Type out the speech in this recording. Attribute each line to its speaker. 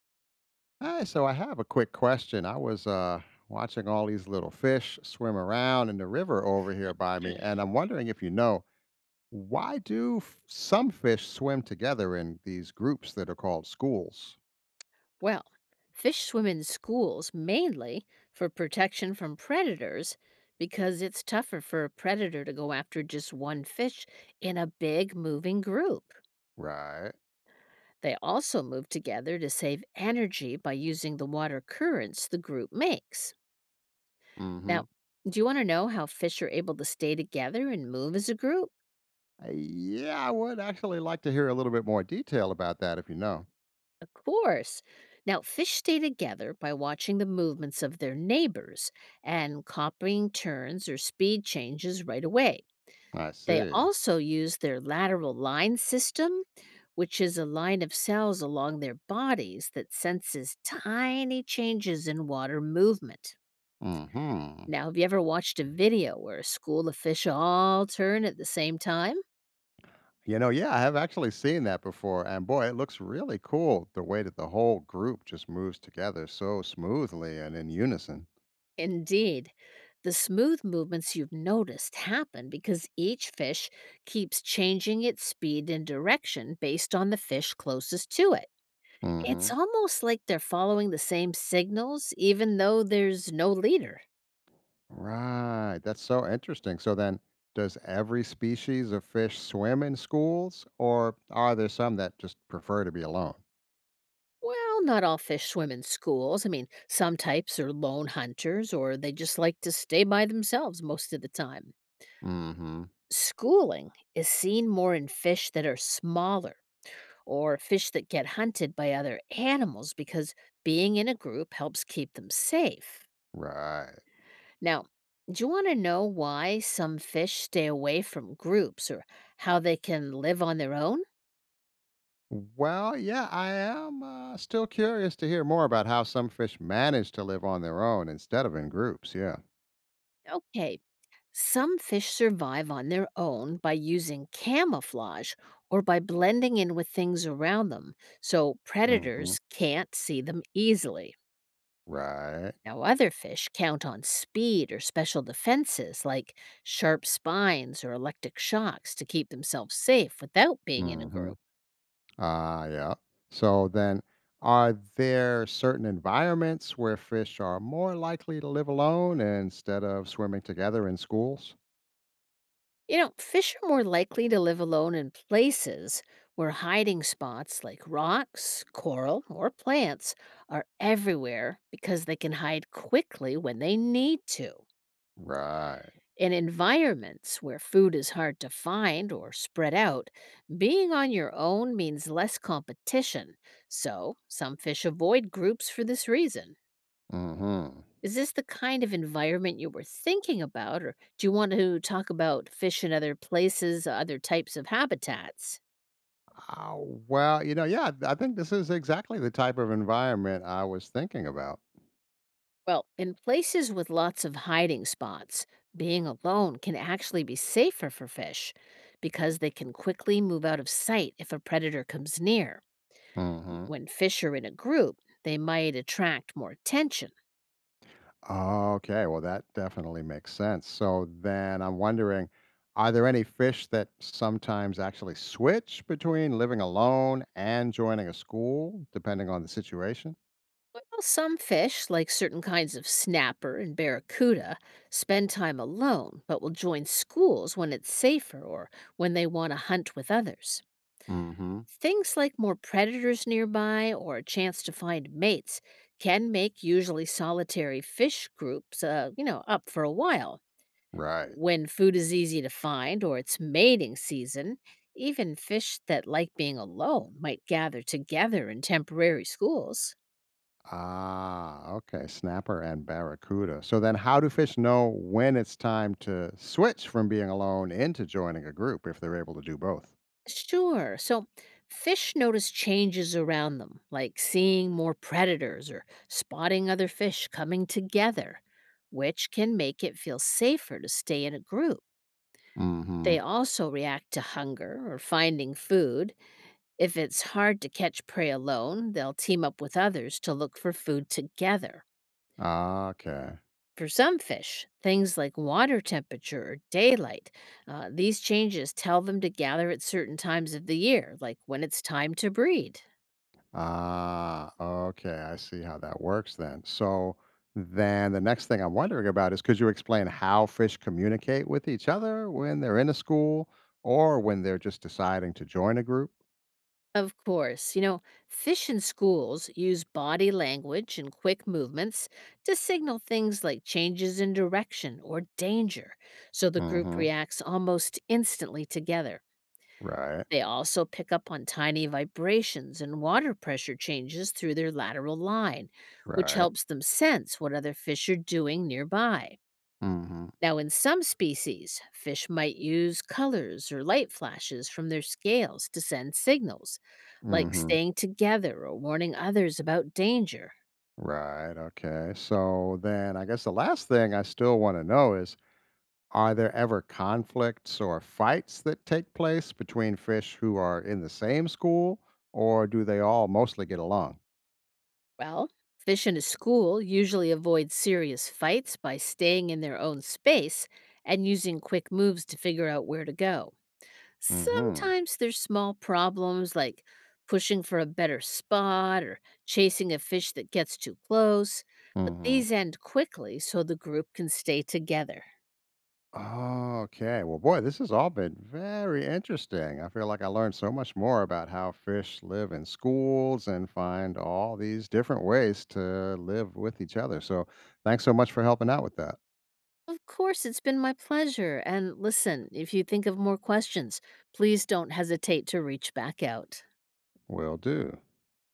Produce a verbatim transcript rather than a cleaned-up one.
Speaker 1: Hi, so I have a quick question. I was uh, watching all these little fish swim around in the river over here by me, and I'm wondering if you know why do f- some fish swim together in these groups that are called schools?
Speaker 2: Well, fish swim in schools mainly for protection from predators because it's tougher for a predator to go after just one fish in a big moving group.
Speaker 1: Right.
Speaker 2: They also move together to save energy by using the water currents the group makes.
Speaker 1: Mm-hmm.
Speaker 2: Now, do you want to know how fish are able to stay together and move as a group?
Speaker 1: Yeah, I would actually like to hear a little bit more detail about that if you know.
Speaker 2: Of course. Now, fish stay together by watching the movements of their neighbors and copying turns or speed changes right away.
Speaker 1: I
Speaker 2: They
Speaker 1: see.
Speaker 2: also use their lateral line system, which is a line of cells along their bodies that senses tiny changes in water movement.
Speaker 1: Mm-hmm.
Speaker 2: Now, have you ever watched a video where a school of fish all turn at the same time?
Speaker 1: You know, yeah, I have actually seen that before, and boy, it looks really cool the way that the whole group just moves together so smoothly and in unison.
Speaker 2: Indeed, the smooth movements you've noticed happen because each fish keeps changing its speed and direction based on the fish closest to it. It's
Speaker 1: Mhm.
Speaker 2: almost like they're following the same signals, even though there's no leader.
Speaker 1: Right. That's so interesting. So then, does every species of fish swim in schools, or are there some that just prefer to be alone?
Speaker 2: Well, not all fish swim in schools. I mean, some types are lone hunters or they just like to stay by themselves most of the time.
Speaker 1: Mhm.
Speaker 2: Schooling is seen more in fish that are smaller or fish that get hunted by other animals because being in a group helps keep them safe.
Speaker 1: Right.
Speaker 2: Now, do you want to know why some fish stay away from groups or how they can live on their own?
Speaker 1: Well, yeah, I am uh, still curious to hear more about how some fish manage to live on their own instead of in groups. Yeah.
Speaker 2: Okay, some fish survive on their own by using camouflage or by blending in with things around them so
Speaker 1: Mhm.
Speaker 2: predators can't see them easily.
Speaker 1: Right.
Speaker 2: Now, other fish count on speed or special defenses like sharp spines or electric shocks to keep themselves safe without being in a
Speaker 1: Mhm.
Speaker 2: group.
Speaker 1: Ah, yeah. So then, are there certain environments where fish are more likely to live alone instead of swimming together in schools?
Speaker 2: You know, fish are more likely to live alone in places where hiding spots like rocks, coral, or plants are everywhere because they can hide quickly when they need to.
Speaker 1: Right.
Speaker 2: In environments where food is hard to find or spread out, being on your own means less competition. So, some fish avoid groups for this reason.
Speaker 1: Mm-hmm.
Speaker 2: Is this the kind of environment you were thinking about, or do you want to talk about fish in other places, uh, other types of habitats?
Speaker 1: Oh, well, you know, yeah, I think this is exactly the type of environment I was thinking about.
Speaker 2: Well, in places with lots of hiding spots, being alone can actually be safer for fish because they can quickly move out of sight if a predator comes near.
Speaker 1: Mm-hmm.
Speaker 2: When fish are in a group, they might attract more attention.
Speaker 1: Okay, well, that definitely makes sense. So then I'm wondering, are there any fish that sometimes actually switch between living alone and joining a school, depending on the situation?
Speaker 2: Well, some fish, like certain kinds of snapper and barracuda, spend time alone but will join schools when it's safer or when they want to hunt with others.
Speaker 1: Mm-hmm.
Speaker 2: Things like more predators nearby or a chance to find mates can make usually solitary fish groups, uh, you know, up for a while.
Speaker 1: Right.
Speaker 2: When food is easy to find or it's mating season, even fish that like being alone might gather together in temporary schools.
Speaker 1: Ah, okay. Snapper and barracuda. So then, how do fish know when it's time to switch from being alone into joining a group if they're able to do both?
Speaker 2: Sure, so fish notice changes around them, like seeing more predators or spotting other fish coming together, which can make it feel safer to stay in a group.
Speaker 1: Mm-hmm.
Speaker 2: They also react to hunger or finding food. If it's hard to catch prey alone, they'll team up with others to look for food together.
Speaker 1: Okay.
Speaker 2: For some fish, things like water temperature or daylight, uh, these changes tell them to gather at certain times of the year, like when it's time to breed.
Speaker 1: Ah, okay. I see how that works then. So then, the next thing I'm wondering about is could you explain how fish communicate with each other when they're in a school or when they're just deciding to join a group?
Speaker 2: Of course, you know, fish in schools use body language and quick movements to signal things like changes in direction or danger, so the group
Speaker 1: Mm-hmm.
Speaker 2: reacts almost instantly together.
Speaker 1: Right.
Speaker 2: They also pick up on tiny vibrations and water pressure changes through their lateral line, which
Speaker 1: Right.
Speaker 2: helps them sense what other fish are doing nearby.
Speaker 1: Mm-hmm.
Speaker 2: Now, in some species, fish might use colors or light flashes from their scales to send signals, like
Speaker 1: Mm-hmm.
Speaker 2: staying together or warning others about danger.
Speaker 1: Right. Okay. So then I guess the last thing I still want to know is, are there ever conflicts or fights that take place between fish who are in the same school or do they all mostly get along?
Speaker 2: Well, fish in a school usually avoid serious fights by staying in their own space and using quick moves to figure out where to go.
Speaker 1: Mhm.
Speaker 2: Sometimes there's small problems like pushing for a better spot or chasing a fish that gets too close, but
Speaker 1: Mhm.
Speaker 2: these end quickly so the group can stay together.
Speaker 1: Okay. Well, boy, this has all been very interesting. I feel like I learned so much more about how fish live in schools and find all these different ways to live with each other. So, thanks so much for helping out with that.
Speaker 2: Of course, it's been my pleasure. And listen, if you think of more questions, please don't hesitate to reach back out.
Speaker 1: Will do.